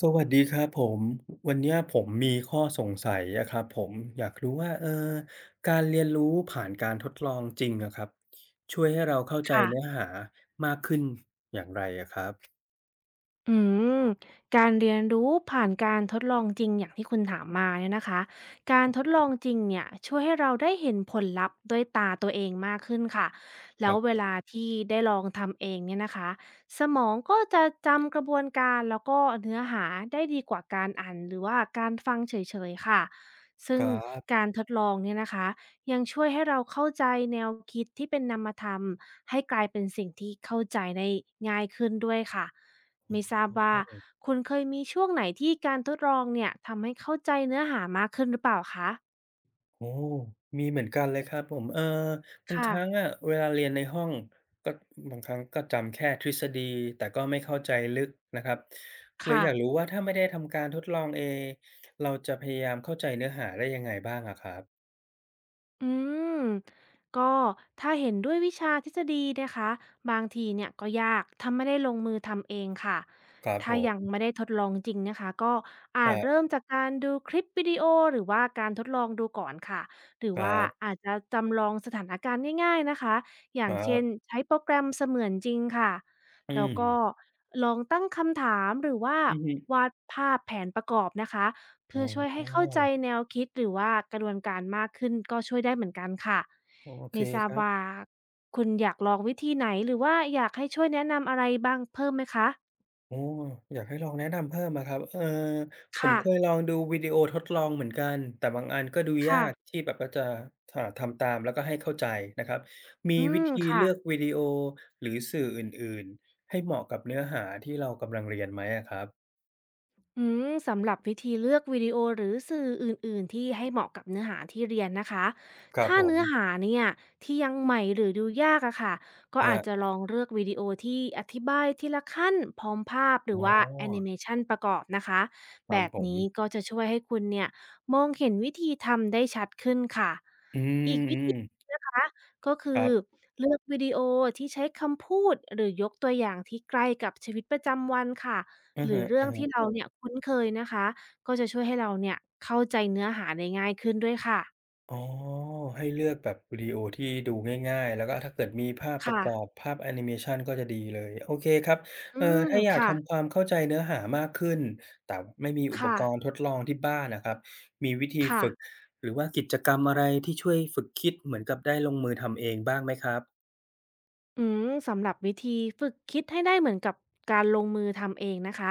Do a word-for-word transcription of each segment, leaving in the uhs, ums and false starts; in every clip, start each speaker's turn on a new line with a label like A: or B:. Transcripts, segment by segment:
A: สวัสดีครับผมวันเนี้ยผมมีข้อสงสัยอะครับผมอยากรู้ว่าเออการเรียนรู้ผ่านการทดลองจริงอะครับช่วยให้เราเข้าใจ
B: ค่ะ
A: เนื้อหามากขึ้น
B: อืมการเรียนรู้ผ่านการทดลองจริงอย่างที่คุณถามมาเนี่ยนะคะการทดลองจริงเนี่ยช่วยให้เราได้เห็นผลลัพธ์ด้วยตาตัวเองมากขึ้นค่ะ
A: ค
B: แล้
A: รั
B: ว
A: บผ
B: เวลา
A: ม
B: ที่ได้ลองทำเองเนี่ยนะคะสมองก็จะจำกระบวนการแล้วก็เนื้อหาได้ดีกว่าการอ่านหรือว่าการฟังเฉยๆค่ะซึ่
A: ค
B: ง
A: รับ
B: การทดลองเนี่ยนะคะยังช่วยให้เราเข้าใจแนวคิดที่เป็นนามธรรมให้กลายเป็นสิ่งที่เข้าใจได้ง่ายขึ้นด้วยค่ะ ไม่ทราบว่าคุณเคยมีช่วงไหนที่การทดลองเนี่ยทำให้เข้าใจเนื้อหามากขึ้นหรือเปล่าคะ
A: โอ้มีเหมือนกันเลยครับผมเออบางค
B: ค่ะ
A: รั้งอะเวลาเรียนในห้องก็บางครั้งก็จำแค่ทฤษฎีแต่ก็ไม่เข้าใจลึกนะครับเลย
B: ค่ะ
A: อยากรู้ว่าถ้าไม่ได้ทำการทดลองเองเราจะพยายามเข้าใจเนื้อหาได้ยังไงบ้างอะครับ
B: อืมก็ถ้าเห็นด้วยวิชาทฤษฎีนะคะบางทีเนี่ยก็ยากทำไม่ได้ลงมือทำเองค่ะ
A: ครับผ
B: ถ้ายัง
A: ม
B: ไม่ได้ทดลองจริงนะคะก็อา
A: อ่
B: จเริ่
A: า
B: มจากการดูคลิปวิดีโอหรือว่าการทดลองดูก่อนค่ะหรือ
A: ครั
B: ว่า
A: บ
B: อาจจะจำลองสถานการณ์ง่ายๆนะคะอ
A: ค
B: ย่าง
A: รั
B: เช่น
A: บ
B: ใช้โปรแกรมเสมือนจริงค่ะ
A: อื
B: แล้วก็
A: ม
B: ลองตั้งคำถามหรือว่า
A: อือฮึ
B: วาดภาพแผนประกอบนะคะ
A: อ๋อ
B: คือช่วยให้เข้าใจแนวคิดหรือว่ากระบวนการมากขึ้นก็ช่วยได้เหมือนกันค่ะ
A: โอเค
B: ไม่ทรา
A: ค
B: บ
A: รั
B: ว่า
A: บ
B: คุณอยากลองวิธีไหนหรือว่าอยากให้ช่วยแนะนำอะไรบ้างเพิ่มไหมคะ
A: โอ้อยากให้ลองแนะนำเพิ่มอะครับเอ่อผม
B: ค่ะ
A: เคยลองดูวิดีโอทดลองเหมือนกัน แต่บางอันก็ดูยา
B: ค่ะ
A: กที่แบบว่าจะอ่าทำตามแล้วก็ให้เข้าใจนะครับ มี
B: อื
A: วิ
B: ม
A: ธีเลื
B: ค่ะ
A: อกวิดีโอหรือสื่ออื่นๆให้เหมาะกับเนื้อหาที่เรากำลังเรียนไหมอะครับ
B: อืมสำหรับวิธีเลือกวิดีโอหรือสื่ออื่นๆที่ให้เหมาะกับเนื้อหาที่เรียนนะคะ
A: ครับ
B: ถ้า
A: ผม
B: เนื้อหาเนี่ยที่ยังใหม่หรือดูยากอะค่ะก็
A: ครั
B: อาจจะ
A: บ
B: ลองเลือกวิดีโอที่อธิบายทีละขั้นพร้อมภาพหรือ
A: อ๋อ
B: ว่าแอนิเมชันประกอบนะคะ
A: ครั
B: แบ
A: บ
B: บ
A: ผม
B: นี้ก็จะช่วยให้คุณเนี่ยมองเห็นวิธีทำได้ชัดขึ้นค่ะ
A: อื
B: อีกวิ
A: ม
B: ธี
A: ๆ
B: นะคะก็คื
A: ค
B: อ
A: รับ
B: เลือกวิดีโอที่ใช้คำพูดหรือยกตัวอย่างที่ใกล้กับชีวิตประจำวันค่ะ
A: อะ
B: หรื
A: ฮะ
B: อเรื่องที่
A: ๆ
B: เราเนี่ยคุ้นเคยนะคะก็จะช่วยให้เราเนี่ยเข้าใจเนื้อหาได้ง่ายขึ้นด้วยค่ะ
A: อ๋อให้เลือกแบบวิดีโอที่ดูง่ายๆแล้วก็ถ้าเกิดมีภาพประ
B: ค่ะ
A: กอบภาพแอนิเมชันก็จะดีเลยโอเคครับ
B: อื
A: เอ่อ
B: ม
A: ถ้าอยาก
B: ค่ะ
A: ทำความเข้าใจเนื้อหามากขึ้นแต่ไม่มีอุป
B: ค่ะ
A: กรณ์ทดลองที่บ้านนะครับมีวิธี
B: ค่ะ
A: ฝึกหรือว่ากิจกรรมอะไรที่ช่วยฝึกคิดเหมือนกับได้ลงมือทำเองบ้างไหมครับ
B: อืมสำหรับวิธีฝึกคิดให้ได้เหมือนกับการลงมือทำเองนะคะ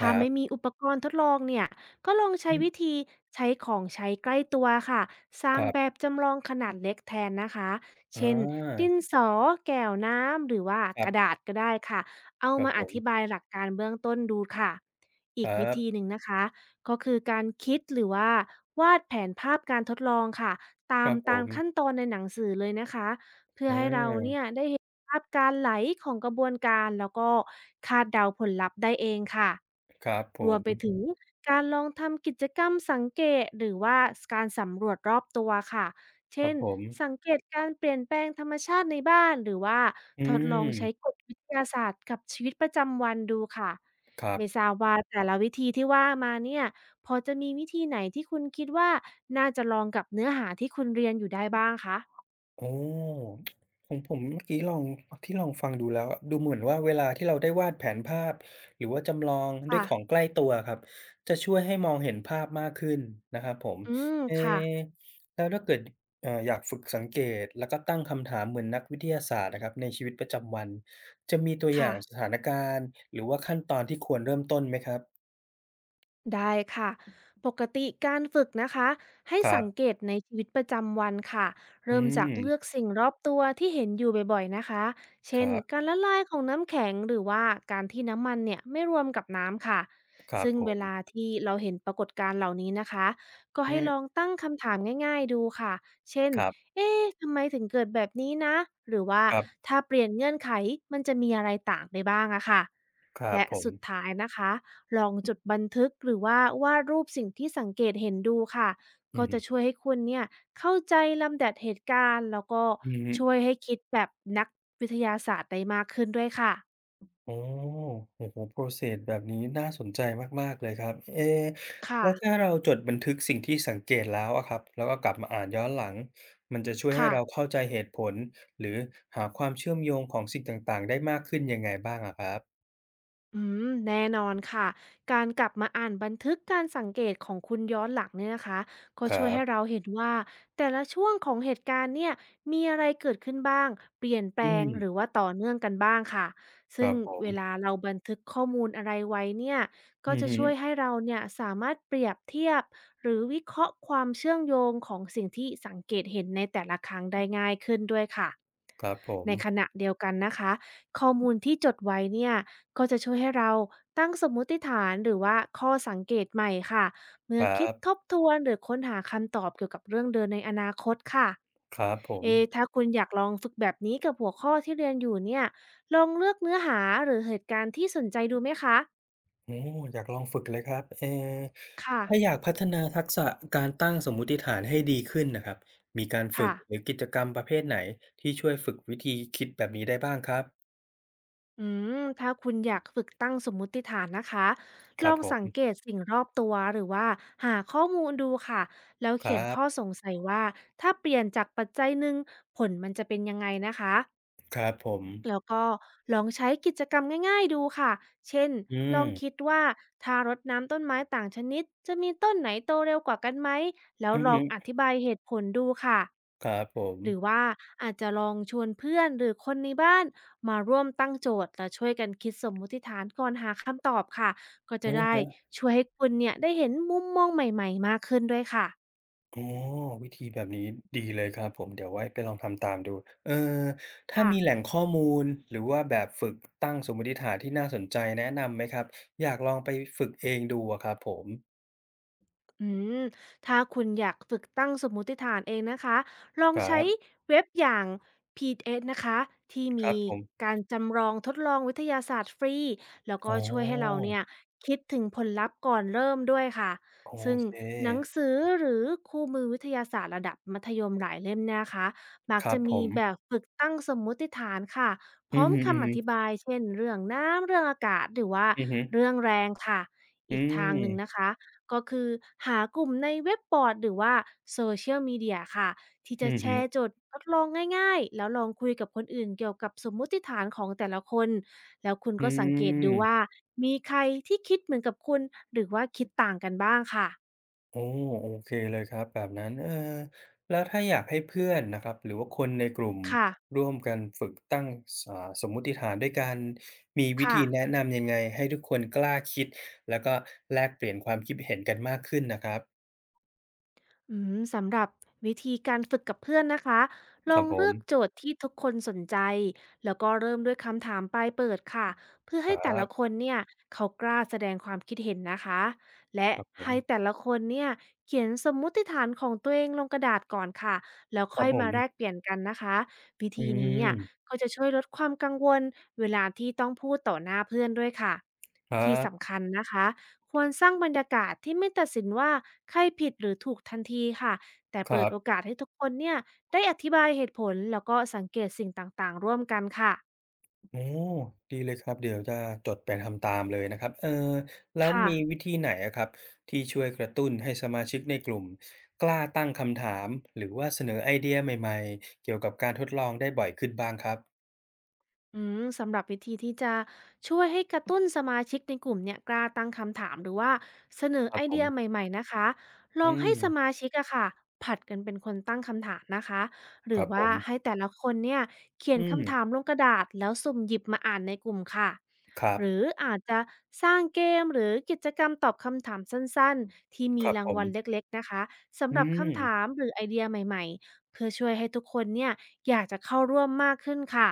A: ค
B: ้า
A: รั
B: ไม่มี
A: บ
B: อุปกรณ์ทดลองเนี่ยก็ลองใช้
A: อื
B: วิ
A: ม
B: ธีใช้ของใช้ใกล้ตัวค่ะ สร้า
A: ค
B: ง
A: รั
B: แบ
A: บ
B: บจำลองขนาดเล็กแทนนะคะ เช่
A: อา
B: นดินสอแก้วน้ำหรือว่า
A: ครั
B: กระ
A: บ
B: ดาษก็ได้ค่ะ เอา
A: ครับ
B: มา
A: ผ
B: อธิบา
A: ม
B: ยหลักการเบื้องต้นดูค่ะ อี
A: ค
B: ก
A: รั
B: วิธีห
A: บ
B: นึ่งนะคะ ก็คือการคิดหรือว่าวาดแผนภาพการทดลองค่ะ
A: ค
B: ตา
A: รั
B: ม
A: บผ
B: ตามขั้น
A: ม
B: ตอนในหนังสือเลยนะคะ เพื่อ
A: อ
B: ให้เรา
A: า
B: เนี่ยได้เห็นภาพการไหลของกระบวนการแล้วก็คาดเดาผลลัพธ์ได้เองค่ะ
A: ครับผ
B: รวม
A: ม
B: ไปถึงการลองทำกิจกรรมสังเกตหรือว่าการสำรวจรอบตัวค่ะ
A: ครั
B: เช่
A: บ
B: น
A: ผม
B: สังเกตการเปลี่ยนแปลงธรรมชาติในบ้านหรือว่า
A: อื
B: ทดลองใช้ก
A: ม
B: ฎวิทยาศาสตร์กับชีวิตประจำวันดูค่ะ
A: ครั
B: ไม่ทรา
A: บ
B: บว่าแต่ละวิธีที่ว่ามาเนี่ยพอจะมีวิธีไหนที่คุณคิดว่าน่าจะลองกับเนื้อหาที่คุณเรียนอยู่ได้บ้างคะ
A: โอ้ของผมเมื่อกี้ลองที่ลองฟังดูแล้วอะดูเหมือนว่าเวลาที่เราได้วาดแผนภาพหรือว่าจำลองด้วย
B: ค่ะ
A: ของใกล้ตัวครับจะช่วยให้มองเห็นภาพมากขึ้นนะครับผม
B: อืม
A: เอ๊
B: ค่ะ
A: ะแล้วถ้าเกิดเอ่ออยากฝึกสังเกตแล้วก็ตั้งคำถามเหมือนนักวิทยาศาสตร์อะครับในชีวิตประจำวันจะมีตัวอย่างส
B: ค่ะ
A: ถานการณ์หรือว่าขั้นตอนที่ควรเริ่มต้นไหมครับ
B: ได้ค่ะปกติการฝึกนะคะให้
A: ครั
B: สั
A: บ
B: งเกตในชีวิตประจำวันค่ะ
A: อื
B: เริ่มจา
A: ม
B: กเลือกสิ่งรอบตัวที่เห็นอยู่บ่อยๆนะคะ
A: ค
B: เช่น
A: รับ
B: การละลายของน้ำแข็งหรือว่าการที่น้ำมันเนี่ยไม่รวมกับน้ำค่ะ
A: ครับ
B: ซึ่ง
A: ผ
B: เว
A: ม
B: ลาที่เราเห็นปรากฏการณ์เหล่านี้นะคะก็
A: อื
B: ให้ลอง
A: ม
B: ตั้งคำถามง่ายๆดูค่ะเช่น
A: ครับ
B: เอ๊ะทำไมถึงเกิดแบบนี้นะหรือว่า
A: ครับ
B: ถ้าเปลี่ยนเงื่อนไขมันจะมีอะไรต่างไปบ้างอะค่ะ
A: ครับ
B: และ
A: ผม
B: สุดท้ายนะคะลองจดบันทึกหรือว่าวาดรูปสิ่งที่สังเกตเห็นดูค่ะ
A: อื
B: ก็
A: อฮึ
B: จะช่วยให้คุณเนี่ยเข้าใจลำดับเหตุการณ์แล้วก็
A: อืม
B: ช่วยให้คิดแบบนักวิทยาศาสตร์ได้มากขึ้นด้วยค่ะ
A: โอ๋โอ้โฮ process แบบนี้น่าสนใจมากๆเลยครับเอ๊
B: ค่ะ
A: แล้วถ้าเราจดบันทึกสิ่งที่สังเกตแล้วอะครับแล้วก็กลับมาอ่านย้อนหลังมันจะช่วยให้เรา
B: ค่ะ
A: เข้าใจเหตุผลหรือหาความเชื่อมโยงของสิ่งต่างๆได้มากขึ้นยังไงบ้างอะครับ
B: อืมแน่นอนค่ะการกลับมาอ่านบันทึกการสังเกตของคุณย้อนหลังเนี่ยนะคะก็
A: ค
B: ช่
A: รั
B: วย
A: บ
B: ให้เราเห็นว่าแต่ละช่วงของเหตุการณ์เนี่ยมีอะไรเกิดขึ้นบ้างเปลี่ยนแปล
A: อื
B: งหรือ
A: ม
B: ว่าต่อเนื่องกันบ้างค่ะ
A: ค
B: ซึ่
A: รั
B: ง
A: บผม
B: เวลาเราบันทึกข้อมูลอะไรไว้เนี่ย
A: อื
B: ก็
A: อ
B: จะ
A: ฮึ
B: ช่วยให้เราเนี่ยสามารถเปรียบเทียบหรือวิเคราะห์ความเชื่อมโยงของสิ่งที่สังเกตเห็นในแต่ละครั้งได้ง่ายขึ้นด้วยค่ะ
A: ครับผม
B: ในขณะเดียวกันนะคะข้อมูลที่จดไว้เนี่ยก็จะช่วยให้เราตั้งสมมุติฐานหรือว่าข้อสังเกตใหม่ค่ะ
A: ค
B: เมื่อ
A: รั
B: คิดท
A: บ
B: บทวนหรือค้นหาคำตอบเกี่ยวกับเรื่องเดินในอนาคตค่ะ
A: ครับผม
B: เอะถ้าคุณอยากลองฝึกแบบนี้กับหัวข้อที่เรียนอยู่เนี่ยลองเลือกเนื้อหาหรือเหตุการณ์ที่สนใจดูไหมคะ
A: โอ้อยากลองฝึกเลยครับเอ่อ
B: ค่ะ
A: ถ้าอยากพัฒนาทักษะการตั้งสมมุติฐานให้ดีขึ้นนะครับ มีการฝึกหรื
B: ค่ะ
A: อกิจกรรมประเภทไหนที่ช่วยฝึกวิธีคิดแบบนี้ได้บ้างครับ
B: อืมถ้าคุณอยากฝึกตั้งสมมุติฐานนะคะ
A: ค
B: ล
A: รับ
B: อง
A: ผ
B: สัง
A: ม
B: เกตสิ่งรอบตัวหรือว่าหาข้อมูลดูค่ะแล้ว
A: ครั
B: เขียนข้อ
A: บ
B: สงสัยว่าถ้าเปลี่ยนจากปัจจัยหนึ่งผลมันจะเป็นยังไงนะคะ
A: ครับผม
B: แล้วก็ลองใช้กิจกรรมง่ายๆดูค่ะเช่น
A: อื
B: ลองคิด
A: ม
B: ว่าถ้ารดน้ำต้นไม้ต่างชนิดจะมีต้นไหนโตเร็วกว่ากันไหมแล้ว
A: อือ
B: ลอ
A: ฮึ
B: งอธิบายเหตุผลดูค่ะ
A: ครับผม
B: หรือว่าอาจจะลองชวนเพื่อนหรือคนในบ้านมาร่วมตั้งโจทย์และช่วยกันคิดสมมุติฐานก่อนหาคำตอบค่ะก็จะ
A: อะ
B: ได้
A: ฮะ
B: ช่วยให้คุณเนี่ยได้เห็นมุมมองใหม่ๆมากขึ้นด้วยค่ะ
A: อ๋อวิธีแบบนี้ดีเลยครับผมเดี๋ยวไว้ไปลองทำตามดูเอ่อถ้า
B: ค่ะ
A: มีแหล่งข้อมูลหรือว่าแบบฝึกตั้งสมมุติฐานที่น่าสนใจแนะนำไหมครับอยากลองไปฝึกเองดูอะครับผม
B: อืมถ้าคุณอยากฝึกตั้งสมมติฐานเองนะคะ ลอง
A: ครั
B: ใช้
A: บ
B: เว็บอย่าง พี ดี เอส นะคะที่
A: ครั
B: มี
A: บผม
B: การจำลองทดลองวิทยาศาสตร์ฟรีแล้วก็
A: อ๋
B: ช่วยให้เรา
A: อ
B: เนี่ยคิดถึงผลลัพธ์ก่อนเริ่มด้วยค่ะ
A: โอ
B: ซึ่ง
A: เค
B: หนังสือหรือคู่มือวิทยาศาสตร์ระดับมัธยมหลายเล่มเนยนะคะมัก
A: ครั
B: จะ
A: บผ
B: มี
A: ม
B: แบบฝึกตั้งสมมุติฐานค่ะพ
A: อื
B: ร้
A: อ
B: อม
A: ฮึ
B: คำอธิ
A: ๆ
B: บายเช่นเรื่องน้ำเรื่องอากาศหรือว่า
A: อือฮึ
B: เรื่องแรงค่ะ
A: อื
B: อีกทางหนึ่งนะ
A: ม
B: คะ ก็คือหากลุ่มในเว็บบอร์ดหรือว่าโซเชียลมีเดียค่ะที่
A: อื
B: จะ
A: อ
B: แช
A: ฮึ
B: ร์โจทย์ทดลองง่ายๆแล้วลองคุยกับคนอื่นเกี่ยวกับสมมุติฐานของแต่ละคนแล้วคุณ
A: อื
B: ก็สังเกตดูว่า
A: ม
B: มีใครที่คิดเหมือนกับคุณหรือว่าคิดต่างกันบ้างค่ะ
A: โอ้โอเคเลยครับแบบนั้นเออแล้วถ้าอยากให้เพื่อนนะครับ หรือว่าคนในกลุ่ม
B: ค่ะ
A: ร่วมกันฝึกตั้งสอ่าสมมุติฐานด้วยกันมีวิ
B: ค่ะ
A: ธีแนะนำยังไงให้ทุกคนกล้าคิดแล้วก็แลกเปลี่ยนความคิดเห็นกันมากขึ้นนะครับ
B: อืมสำหรับวิธีการฝึกกับเพื่อนนะคะล
A: ครั
B: อ
A: บ
B: ง
A: ผ
B: เลือกโจ
A: ม
B: ทย์ที่ทุกคนสนใจ แล้วก็เริ่มด้วยคำถามปลายเปิดค่ะเพื่อ
A: ค
B: ให้
A: รั
B: แต่ละ
A: บ
B: คนเนี่ยเขากล้าแสดงความคิดเห็นนะคะและ
A: ครับผ
B: ให้
A: ม
B: แต่ละคนเนี่ยเขียนสมมุติฐานของตัวเองลงกระดาษก่อนค่ะแล้ว
A: ครั
B: ค่
A: บ
B: อย
A: ผ
B: มาแลก
A: ม
B: เปลี่ยนกันนะคะวิ
A: อื
B: ธีนี้
A: ม
B: อ่ะก็จะช่วยลดความกังวลเวลาที่ต้องพูดต่อหน้าเพื่อนด้วยค่ะ
A: ครั
B: ที่สำ
A: บ
B: คัญนะคะ ควรสร้างบรรยากาศที่ไม่ตัดสินว่าใครผิดหรือถูกทันทีค่ะแต่
A: ค
B: เปิ
A: รั
B: ด
A: บ
B: โอกาสให้ทุกคนเนี่ยได้อธิบายเหตุผลแล้วก็สังเกตสิ่งต่างๆร่วมกันค่ะ
A: โอ้ดีเลยครับเดี๋ยวจะจดไปทำตามเลยนะครับเออแล้ว
B: ค่ะ
A: มีวิธีไหนอะครับที่ช่วยกระตุ้นให้สมาชิกในกลุ่มกล้าตั้งคำถามหรือว่าเสนอไอเดียใหม่ๆเกี่ยวกับการทดลองได้บ่อยขึ้นบ้างครับ
B: อืมสำหรับวิธีที่จะช่วยให้กระตุ้นสมาชิกในกลุ่มเนี่ยกล้าตั้งคำถามหรือว่าเสนอ
A: ครับ
B: ไอ
A: ผม
B: เดียใหม่ๆนะคะล
A: อื
B: องให้สมา
A: ม
B: ชิกอะค่ะผัดกันเป็นคนตั้งคำถามนะคะห
A: ค
B: รื
A: รั
B: อ
A: บผ
B: ว่าให้
A: ม
B: แต่ละคนเนี่ยเขีย
A: อื
B: นคำถาม
A: ม
B: ลงกระดาษแล้วสุ่มหยิบมาอ่านในกลุ่มค่ะ
A: ครับ
B: หรืออาจจะสร้างเกมหรือกิจกรรมตอบคำถามสั้นๆที่
A: ค
B: มี
A: รับ
B: รา
A: ผ
B: ง
A: ม
B: วัลเล็กๆนะคะสำ
A: อื
B: หรับคำถาม
A: ม
B: หรือไอเดียใหม่ๆ เพื่อช่วยให้ทุกคนเนี่ยอยากจะเข้าร่วมมากขึ้นค่ะ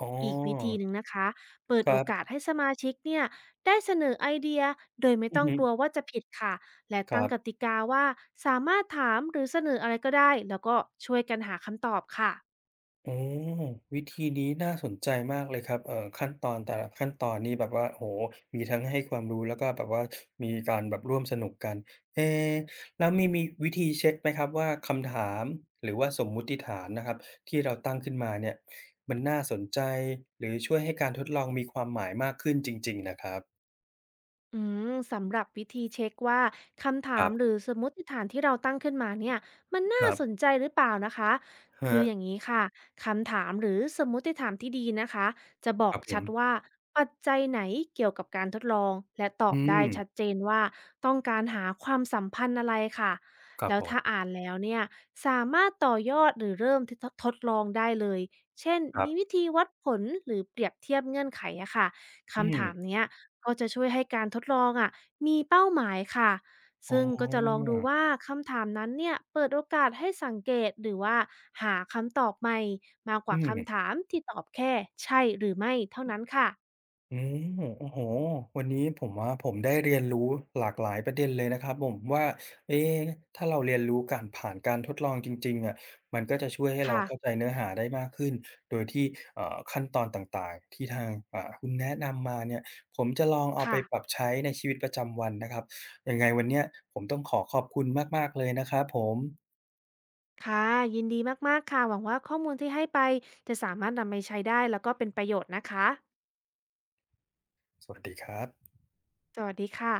A: อ๋อ
B: อีกวิธีหนึ่งนะคะ เปิด
A: ค
B: โอ
A: รั
B: กาส
A: บ
B: ให้สมาชิกเนี่ยได้เสนอไอเดียโดยไม่
A: อือ
B: ต้อง
A: ฮึ
B: กลัวว่าจะผิดค่ะ และ
A: ค
B: ตั้
A: รั
B: ง
A: บ
B: กติกาว่าสามารถถามหรือเสนออะไรก็ได้แล้วก็ช่วยกันหาคำตอบค่ะ
A: โอ้วิธีนี้น่าสนใจมากเลยครับเอ่อขั้นตอนแต่ละขั้นตอนนี่แบบว่าโอ้โฮมีทั้งให้ความรู้แล้วก็แบบว่ามีการแบบร่วมสนุกกันเอ๊แล้วมีมีวิธีเช็กไหมครับว่าคำถามหรือว่าสมมุติฐานนะครับที่เราตั้งขึ้นมาเนี่ยมันน่าสนใจหรือช่วยให้การทดลองมีความหมายมากขึ้นจริงๆนะครับ
B: อืมสำหรับวิธีเช็คว่าคำ
A: ค
B: ถา
A: รั
B: มห
A: บ
B: รือสมมติฐานที่เราตั้งขึ้นมาเนี่ยมัน
A: ค
B: น่า
A: รั
B: สน
A: บ
B: ใจหรือเปล่านะคะ
A: ครั
B: คือ
A: บ
B: อย่างนี้ค่ะคำถามหรือสมมติฐานที่ดีนะคะจะบ
A: ค
B: อก
A: รับผ
B: ชัด
A: ม
B: ว่าปัจจัยไหนเกี่ยวกับการทดลองและตอ
A: อื
B: บได้
A: ม
B: ชัดเจนว่าต้องการหาความสัมพันธ์อะไรค่ะ
A: ครับ
B: แล้ว
A: ผ
B: ถ้า
A: ม
B: อ่านแล้วเนี่ยสามารถต่อยอดหรือเริ่มทดทดลองได้เลยเช่น
A: ครับ
B: มีวิธีวัดผลหรือเปรียบเทียบเงื่อนไขอะค่ะ
A: อื
B: คำถาม
A: ม
B: เนี้ย ก็จะช่วยให้การทดลองอะมีเป้าหมายค่ะ
A: อ๋อ
B: ซึ่งก็จะลองดูว่าคำถามนั้นเนี่ยเปิดโอกาสให้สังเกตหรือว่าหาคำตอบใหม่มากก
A: อื
B: ว่าคำ
A: ม
B: ถามที่ตอบแค่ใช่หรือไม่เท่านั้นค่ะ
A: อืมโอ้โหวันนี้ผมว่าผมได้เรียนรู้หลากหลายประเด็นเลยนะครับผมว่าเอ๊ะถ้าเราเรียนรู้การผ่านการทดลองจริงๆอะมันก็จะช่วยให้เรา
B: ค่ะ
A: เข้าใจเนื้อหาได้มากขึ้นโดยที่เอ่อขั้นตอนต่างๆที่ทางอ่าคุณแนะนำมาเนี่ยผมจะลองเอาไป
B: ค่ะ
A: ปรับใช้ในชีวิตประจำวันนะครับยังไงวันเนี้ยผมต้องขอขอบคุณมากๆเลยนะครับผม
B: ค่ะยินดีมากๆค่ะหวังว่าข้อมูลที่ให้ไปจะสามารถนำไปใช้ได้แล้วก็เป็นประโยชน์นะคะ
A: สวัสดีครับ
B: สวัสดีค่ะ